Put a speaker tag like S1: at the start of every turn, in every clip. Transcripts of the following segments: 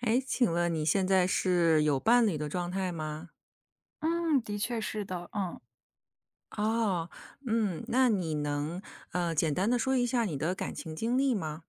S1: 哎，请问你现在是有伴侣的状态吗？
S2: 嗯，的确是的，嗯。
S1: 哦，嗯，那你能简单的说一下你的感情经历吗？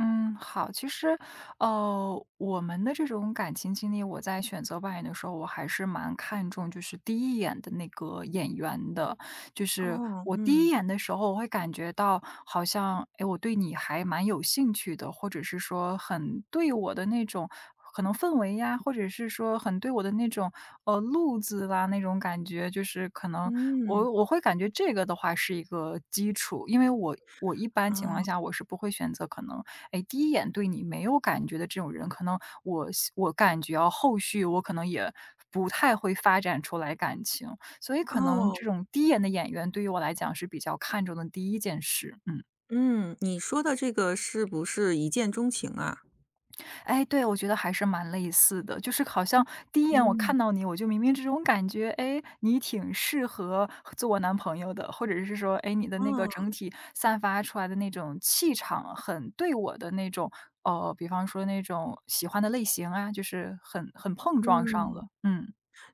S2: 嗯，好，其实，我们的这种感情经历，我在选择扮演的时候，我还是蛮看重就是第一眼的那个演员的。就是
S1: 哦，
S2: 我第一
S1: 嗯。
S2: 眼的时候，我会感觉到好像，哎，我对你还蛮有兴趣的，或者是说很对我的那种可能氛围呀，或者是说很对我的那种路子啦那种感觉，就是可能
S1: 嗯。
S2: 我会感觉这个的话是一个基础，因为我一般情况
S1: 啊。
S2: 下我是不会选择可能哎，第一眼对你没有感觉的这种人，可能我感觉啊，后续我可能也不太会发展出来感情，所以可能
S1: 哦。
S2: 这种第一眼的眼缘对于我来讲是比较看重的第一件事，嗯。
S1: 嗯，你说的这个是不是一见钟情啊？
S2: 哎，对，我觉得还是蛮类似的，就是好像第一眼我
S1: 嗯。
S2: 看到你，我就明明这种感觉，哎，你挺适合做我男朋友的，或者是说，哎，你的那个
S1: 哦。
S2: 整体散发出来的那种气场，很对我的那种，比方说那种喜欢的类型啊，就是很碰撞上
S1: 嗯，
S2: 了，嗯。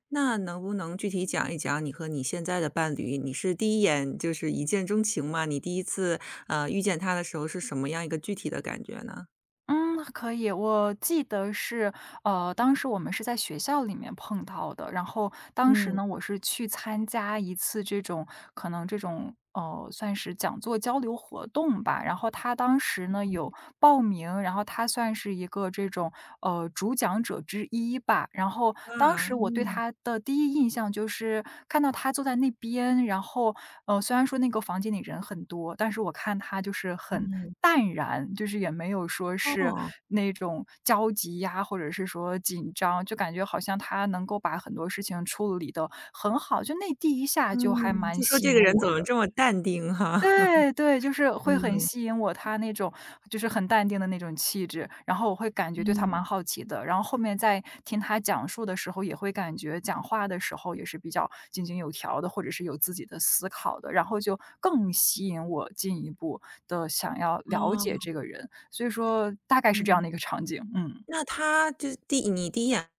S1: 那能不能具体讲一讲你和你现在的伴侣，你是第一眼就是一见钟情吗？你第一次遇见他的时候是什么样一个具体的感觉呢？
S2: 嗯，可以。我记得是，当时我们是在学校里面碰到的。然后当时
S1: 嗯。
S2: 呢，我是去参加一次这种可能这种算是讲座交流活动吧。然后他当时呢有报名，然后他算是一个这种主讲者之一吧。然后当
S1: 啊，
S2: 时我对
S1: 嗯。
S2: 他的第一印。印象就是看到他坐在那边，然后，虽然说那个房间里人很多，但是我看他就是很
S1: 嗯。
S2: 淡然，就是也没有说是
S1: 哦。
S2: 那种焦急呀，或者是说紧张，就感觉好像他能够把很多事情处理的很好，就那第一下就还
S1: 嗯，
S2: 蛮
S1: 就说
S2: 吸
S1: 这个
S2: 引
S1: 人怎
S2: 我
S1: 么
S2: 的。
S1: 这么淡定哈。
S2: 对对，就 是会很
S1: 嗯。
S2: 吸引我，他那种就是很淡定的那种气质，然后我会感觉对他蛮
S1: 嗯。
S2: 好奇的，然后后面在听他讲述的时候，也会感觉讲话的时候也是比较井井有条的，或者是有自己的思考的，然后就更吸引我进一步的想要了解
S1: 哦。
S2: 这个人，所以说大概是这样
S1: 嗯。
S2: 的一个场景，嗯。
S1: 那他就是你第一眼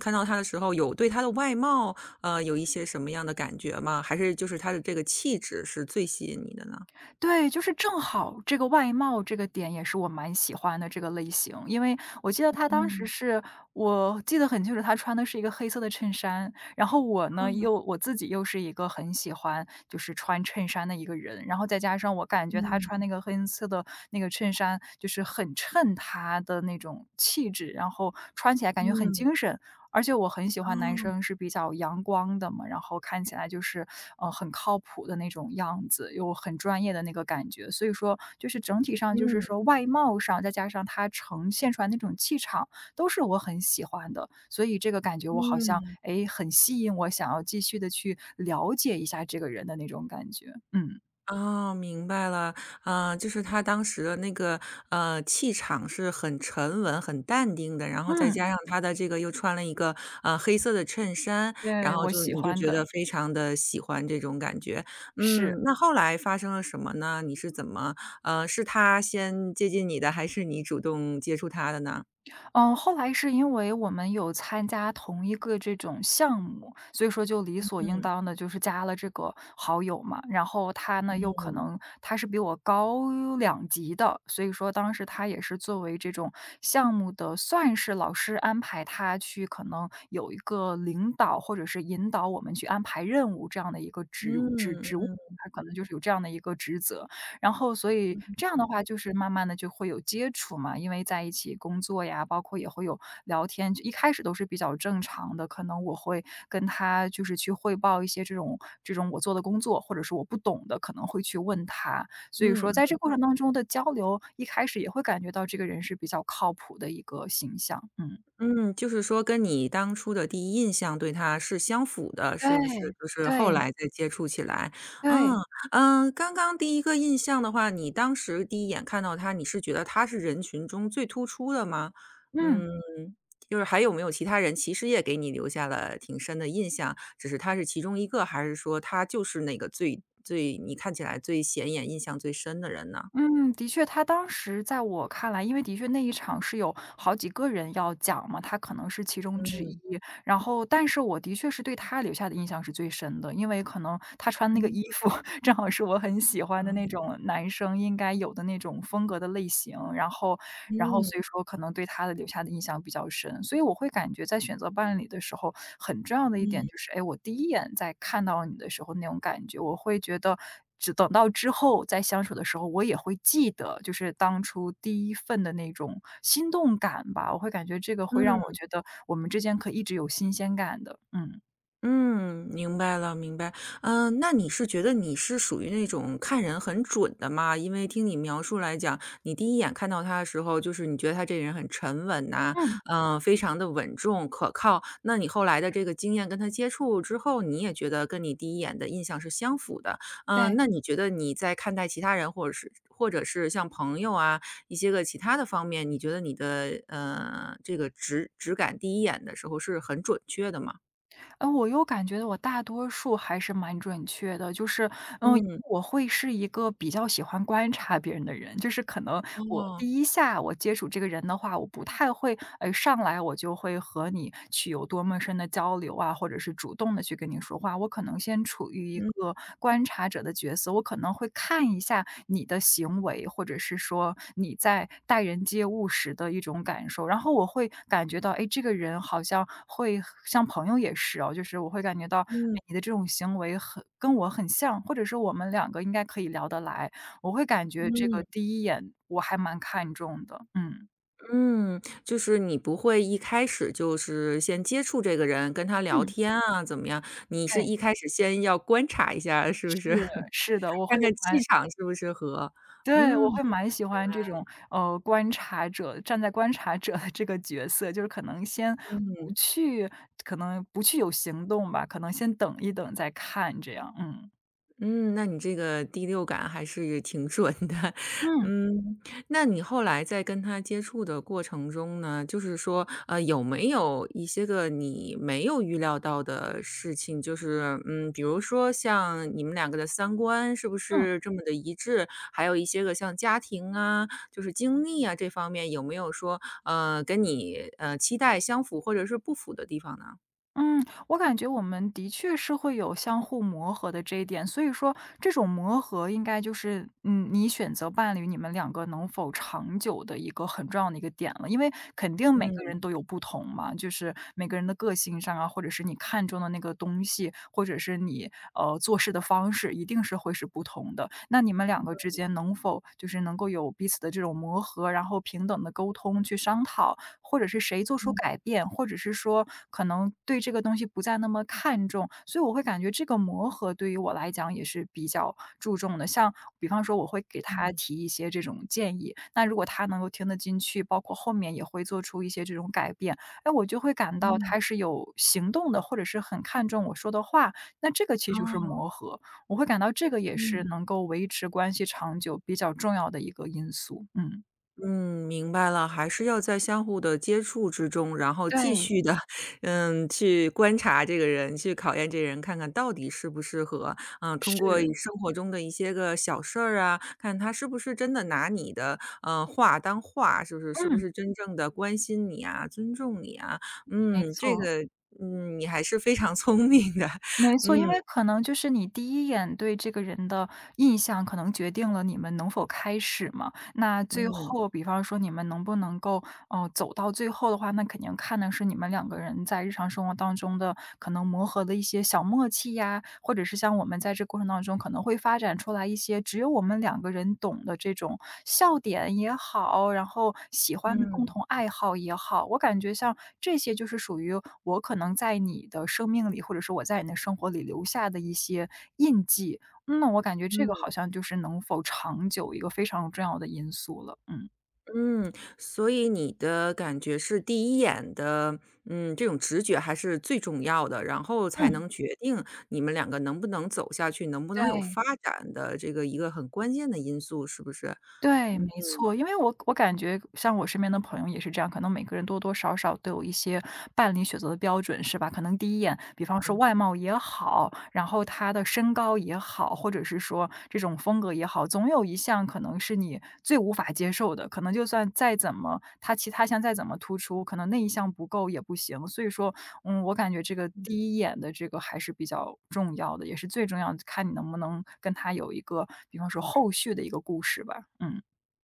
S1: 看到他的时候，有对他的外貌，有一些什么样的感觉吗？还是就是他的这个气质是最吸引你的呢？
S2: 对，就是正好这个外貌这个点也是我蛮喜欢的这个类型，因为我记得他当时
S1: 嗯。
S2: 是我记得很清楚，他穿的是一个黑色的衬衫，然后我呢
S1: 嗯。
S2: 自己又是一个很喜欢就是穿衬衫的一个人，然后再加上我感觉他穿
S1: 嗯。
S2: 那个黑色的那个衬衫就是很衬他的那种气质，然后穿起来感觉很
S1: 嗯。
S2: 精神，而且我很喜欢男
S1: 哦。
S2: 生是比较阳光的嘛，然后看起来就是，很靠谱的那种样子，又很专业的那个感觉。所以说就是整体上就是
S1: 嗯。
S2: 说外貌上，再加上他呈现出来那种气场，都是我很喜欢的。所以这个感觉我好像，
S1: 嗯。
S2: 诶，很吸引我，想要继续的去了解一下这个人的那种感觉。嗯，
S1: 哦，明白了。就是他当时的那个，气场是很沉稳、很淡定的，然后再
S2: 嗯，
S1: 加上他的这个又穿了一个，黑色的衬衫，然
S2: 对，
S1: 后
S2: 我
S1: 就
S2: 喜
S1: 你就
S2: 欢
S1: 觉得
S2: 的，
S1: 非常的喜欢这种感觉。
S2: 是。
S1: 嗯，那后来发生了什么呢？你是怎么是他先接近你的，还是你主动接触他的呢？
S2: 嗯，后来是因为我们有参加同一个这种项目，所以说就理所应
S1: 嗯。
S2: 当的就是加了这个好友嘛。然后他呢，又可
S1: 嗯。
S2: 能他是比我高两级的，所以说当时他也是作为这种项目的算是老师安排他去可能有一个领导或者是引导我们去安排任务这样的一个职务，
S1: 嗯。
S2: 他可能就是有这样的一个职责。然后所以这样的话，就是慢慢的就会有接触嘛，因为在一起工作呀，包括也会有聊天，就一开始都是比较正常的，可能我会跟他就是去汇报一些这种我做的工作，或者是我不懂的，可能会去问他。所以说
S1: 嗯。
S2: 在这过程当中的交流，一开始也会感觉到这个人是比较靠谱的一个形象，嗯。
S1: 嗯，就是说跟你当初的第一印象对他是相符的，是不是？
S2: 对，
S1: 就是后
S2: 对，
S1: 来再接触起来。嗯。
S2: 对，
S1: 嗯，刚刚第一个印象的话，你当时第一眼看到他，你是觉得他是人群中最突出的吗？嗯，
S2: 嗯。
S1: 就是还有没有其他人其实也给你留下了挺深的印象，只是他是其中一个，还是说他就是那个最你看起来最显眼、印象最深的人呢？
S2: 嗯，的确，他当时在我看来，因为的确那一场是有好几个人要讲嘛，他可能是其中之一。
S1: 嗯。
S2: 然后，但是我的确是对他留下的印象是最深的，因为可能他穿那个
S1: 嗯。
S2: 衣服 正好是我很喜欢的那种男生应该有的那种风格的类型。然后然后
S1: 嗯。
S2: 所以说可能对他的留下的印象比较深。所以我会感觉在选择伴侣的时候，很重要的一
S1: 嗯。
S2: 点就是，哎，我第一眼在看到你的时候那种感觉，我会觉得只等到之后再相处的时候，我也会记得，就是当初第一份的那种心动感吧。我会感觉这个会让我
S1: 嗯。
S2: 觉得我们之间可以一直有新鲜感的，嗯。
S1: 嗯，明白了，明白。嗯，那你是觉得你是属于那种看人很准的吗？因为听你描述来讲，你第一眼看到他的时候，就是你觉得他这个人很沉稳呐，
S2: 嗯，
S1: 嗯，非常的稳重可靠。那你后来的这个经验跟他接触之后，你也觉得跟你第一眼的印象是相符的。嗯，
S2: 对。
S1: 那你觉得你在看待其他人，或者是像朋友啊，一些个其他的方面，你觉得你的这个直感第一眼的时候是很准确的吗？
S2: 我又感觉我大多数还是蛮准确的，就是，嗯，
S1: 嗯。
S2: 我会是一个比较喜欢观察别人的人，就是可能我
S1: 哦。
S2: 第一下我接触这个人的话，我不太会，上来我就会和你去有多么深的交流啊，或者是主动的去跟你说话，我可能先处于一
S1: 嗯。
S2: 个个观察者的角色，我可能会看一下你的行为，或者是说你在待人接物时的一种感受。然后我会感觉到，哎，这个人好像会像朋友也是哦，就是我会感觉到，
S1: 嗯。
S2: 哎，你的这种行为很跟我很像，或者是我们两个应该可以聊得来。我会感觉这个
S1: 嗯。
S2: 第一眼我还蛮看重的，嗯。
S1: 嗯，就是你不会一开始就是先接触这个人，跟他聊
S2: 嗯。
S1: 天啊，怎么样？你是
S2: 对，
S1: 一开始先要观察一下，是不
S2: 是，
S1: 是？
S2: 是的，我
S1: 看
S2: 会
S1: 看气
S2: 蛮
S1: 场是不是合，
S2: 对，我
S1: 嗯。
S2: 会蛮喜欢这种，观察者站在观察者的这个角色，就是不去可能不去有行动吧，可能先等一等再看这样，嗯，
S1: 嗯，那你这个第六感还是挺准的。
S2: 嗯，
S1: 嗯，那你后来在跟他接触的过程中呢，就是说，有没有一些个你没有预料到的事情？就是，嗯，比如说像你们两个的三观是不
S2: 嗯。
S1: 是这么的一致？还有一些个像家庭啊，就是经历啊这方面，有没有说，跟你期待相符或者是不符的地方呢？
S2: 嗯，我感觉我们的确是会有相互磨合的这一点，所以说这种磨合应该就是，嗯，你选择伴侣，你们两个能否长久的一个很重要的一个点了，因为肯定每个
S1: 嗯。
S2: 人都有不同嘛，就是每个人的个性上啊，或者是你看中的那个东西，或者是你做事的方式，一定是会是不同的。那你们两个之间能否就是能够有彼此的这种磨合，然后平等的沟通去商讨，或者是谁做出改变，或者是说可能对这个东西不再那么看重，所以我会感觉这个磨合对于我来讲也是比较注重的。像比方说我会给他提一些这种建议，那如果他能够听得进去，包括后面也会做出一些这种改变，哎，我就会感到
S1: 嗯。
S2: 他是有行动的，或者是很看重我说的话，那这个其实就是
S1: 哦。
S2: 磨合。我会感到这个也
S1: 嗯。
S2: 是能够维持关系长久比较重要的一个因素，嗯。
S1: 嗯，明白了，还是要在相互的接触之中，然后继
S2: 对，
S1: 续的，嗯，去观察这个人，去考验这人，看看到底适不适合。嗯，通过一
S2: 是，
S1: 生活中的一些个小事儿啊，看他是不是真的拿你的，嗯，话当话，是不是是不
S2: 嗯。
S1: 是真正的关心你啊，尊重你啊。
S2: 没
S1: 嗯，这
S2: 错，
S1: 个，嗯，你还是非常 聪明的，
S2: 没 错，因
S1: 嗯。
S2: 为可能就是你第一眼对这个人的印象，可能决定了你们能否开始嘛。那最
S1: 嗯。
S2: 后，比方说你们能不能够哦，走到最后的话，那肯定看的是你们两个人在日常生活当中的可能磨合的一些小默契呀，或者是像我们在这过程当中可能会发展出来一些只有我们两个人懂的这种笑点也好，然后喜欢的共
S1: 嗯。
S2: 同爱好也好，我感觉像这些就是属于我可能在你的生命里，或者是我在你的生活里留下的一些印记。嗯，那我感觉这个
S1: 嗯。
S2: 好像就是能否长久一个非常重要的因素了。嗯
S1: 嗯，所以你的感觉是第一眼的，嗯，这种直觉还是最重要的，然后才
S2: 嗯，
S1: 能决定你们两个能不能走下去，能不能有
S2: 对。
S1: 发展的这个一个很关键的因素，是不是？
S2: 对，
S1: 嗯。
S2: 没错，因为我感觉像我身边的朋友也是这样，可能每个人多多少少都有一些伴侣选择的标准，是吧？可能第一眼，比方说外貌也好，然后他的身高也好，或者是说这种风格也好，总有一项可能是你最无法接受的，可能就算再怎么他其他项再怎么突出，可能那一项不够也不行。所以说，嗯，我感觉这个第一眼的这个还是比较重要的，也是最重要的，看你能不能跟他有一个，比方说后续的一个故事吧。嗯，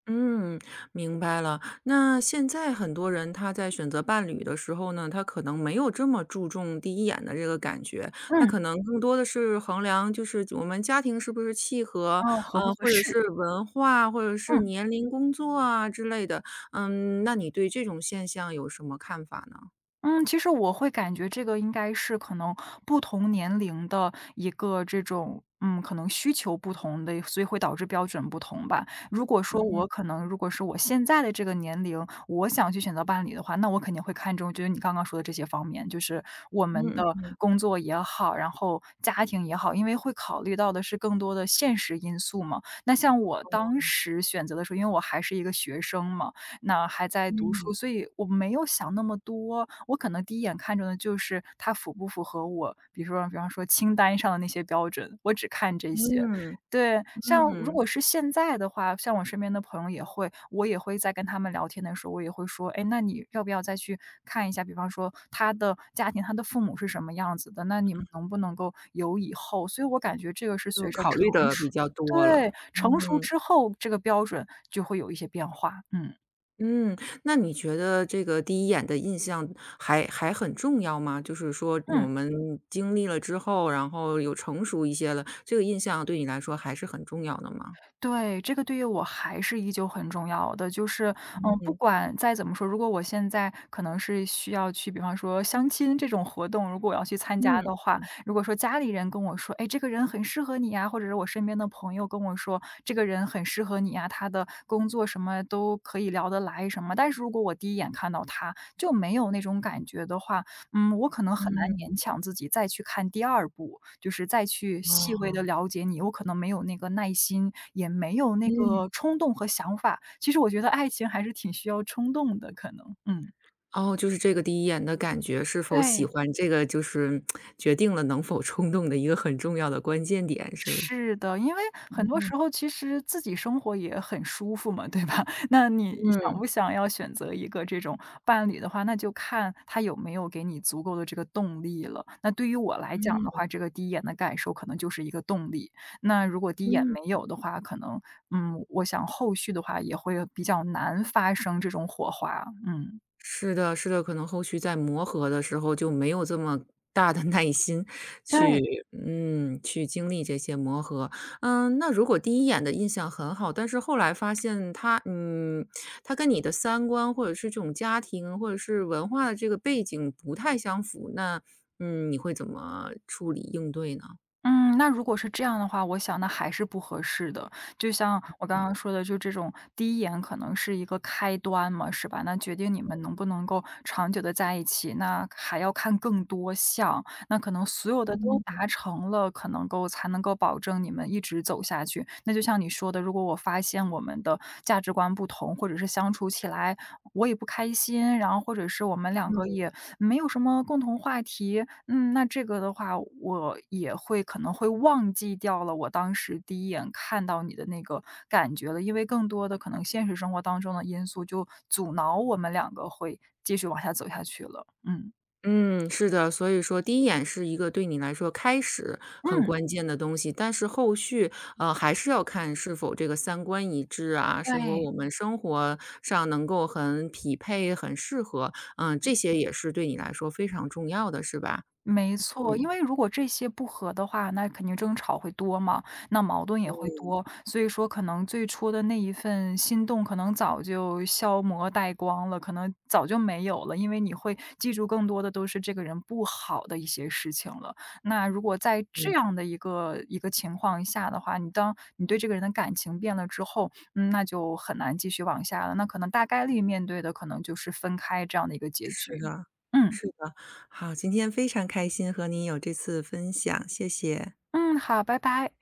S1: 嗯，明白了。那现在很多人他在选择伴侣的时候呢，他可能没有这么注重第一眼的这个感觉，他
S2: 嗯，
S1: 可能更多的是衡量就是我们家庭是不是契合，
S2: 哦，合不合
S1: 或者
S2: 适，
S1: 是文化，或者是
S2: 嗯。
S1: 年龄、工作啊之类的。嗯，那你对这种现象有什么看法呢？
S2: 嗯，其实我会感觉这个应该是可能不同年龄的一个这种，嗯，可能需求不同的，所以会导致标准不同吧。如果说我可能，如果是我现在的这个年龄，我想去选择伴侣的话，那我肯定会看重就是你刚刚说的这些方面，就是我们的
S1: 嗯。
S2: 工作也好，然后家庭也好，因为会考虑到的是更多的现实因素嘛。那像我当时选择的时候，因为我还是一个学生嘛，那还在读
S1: 嗯。
S2: 书，所以我没有想那么多。我可能第一眼看中的就是他符不符合我，比如说比方说清单上的那些标准，我只看这些。
S1: 嗯。
S2: 对，像
S1: 嗯。
S2: 如
S1: 嗯，
S2: 果是现在的话，像我身边的朋友也会，我也会在跟他们聊天的时候，我也会说，哎，那你要不要再去看一下？比方说他的家庭，他的父母是什么样子的？那你们能不能够有以后？所以我感觉这个是
S1: 就
S2: 随着
S1: 考
S2: 成
S1: 虑的比
S2: 熟，
S1: 较多
S2: 对，
S1: 了。
S2: 成熟
S1: 嗯。
S2: 之后，这个标准就会有一些变化。嗯。
S1: 嗯，那你觉得这个第一眼的印象还很重要吗？就是说我
S2: 嗯，
S1: 们经历了之后，然后有成熟一些了，这个印象对你来说还是很重要的吗？
S2: 对，这个对于我还是依旧很重要的。就是，嗯，不管再怎么说，如果我现在可能是需要去，比方说相亲这种活动，如果我要去参加
S1: 嗯。
S2: 的话，如果说家里人跟我说，哎，这个人很适合你呀，或者是我身边的朋友跟我说，这个人很适合你呀，他的工作什么都可以聊得来什么。但是如果我第一眼看到他就没有那种感觉的话，嗯，我可能很难勉强自己再去看第二部，就是再去细
S1: 哦。
S2: 微的了解你，我可能没有那个耐心，也没有那
S1: 嗯。
S2: 个冲动和想法。其实我觉得爱情还是挺需要冲动的，可能，嗯。
S1: 哦，就是这个第一眼的感觉，是否喜
S2: 对。
S1: 欢这个就是决定了能否冲动的一个很重要的关键点，是不是？
S2: 是的，因为很多时候其实自己生活也很舒服嘛，对吧？那你想
S1: 嗯。
S2: 不想要选择一个这种伴侣的话，那就看他有没有给你足够的这个动力了。那对于我来讲的话，这个第一眼的感受可能就是一个动力。那如果第一眼
S1: 嗯。
S2: 没有的话，可能嗯，我想后续的话也会比较难发生这种火花。嗯，
S1: 是的是的，可能后续在磨合的时候就没有这么大的 耐心去
S2: 对。
S1: 嗯，去经历这些磨合。嗯，那如果第一眼的印象很好，但是后来发现他嗯，他跟你的三观或者是这种家庭或者是文化的这个背景不太相符，那嗯，你会怎么处理应对呢？
S2: 嗯，那如果是这样的话，我想那还是不合适的。就像我刚
S1: 嗯。
S2: 刚说的，就这种第一眼可能是一个开端嘛，是吧？那决定你们能不能够长久的在一起，那还要看更多项。那可能所有的都达成了，可能够才能够保证你们一直走下去。那就像你说的，如果我发现我们的价值观不同，或者是相处起来我也不开心，然后或者是我们两个也没有什么共同话题，嗯，那这个的话，我也会可能会忘记掉了我当时第一眼看到你的那个感觉了，因为更多的可能现实生活当中的因素就阻挠我们两个会继续往下走下去了。嗯，
S1: 嗯，是的，所以说第一眼是一个对你来说开始很
S2: 嗯，
S1: 关键的东西，但是后续，还是要看是否这个三观一致啊，是否
S2: 对。
S1: 我们生活上能够很匹配、很适合，嗯，这些也是对你来说非常重要的，是吧？
S2: 没错，因
S1: 嗯。
S2: 为如果这些不和的话，那肯定争吵会多嘛，那矛盾也会
S1: 嗯。
S2: 多。所以说可能最初的那一份心动，可能早就消磨殆光了，可能早就没有了，因为你会记住更多的都是这个人不好的一些事情了。那如果在这
S1: 嗯，
S2: 样的一个情况下的话，你当你对这个人的感情变了之后，嗯，那就很难继续往下了。那可能大概率面对的可能就是分开这样的一个结
S1: 是
S2: 局。
S1: 的，
S2: 嗯，
S1: 是的。好，今天非常开心和你有这次分享，谢谢，
S2: 嗯，好，拜拜。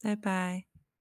S1: 拜拜。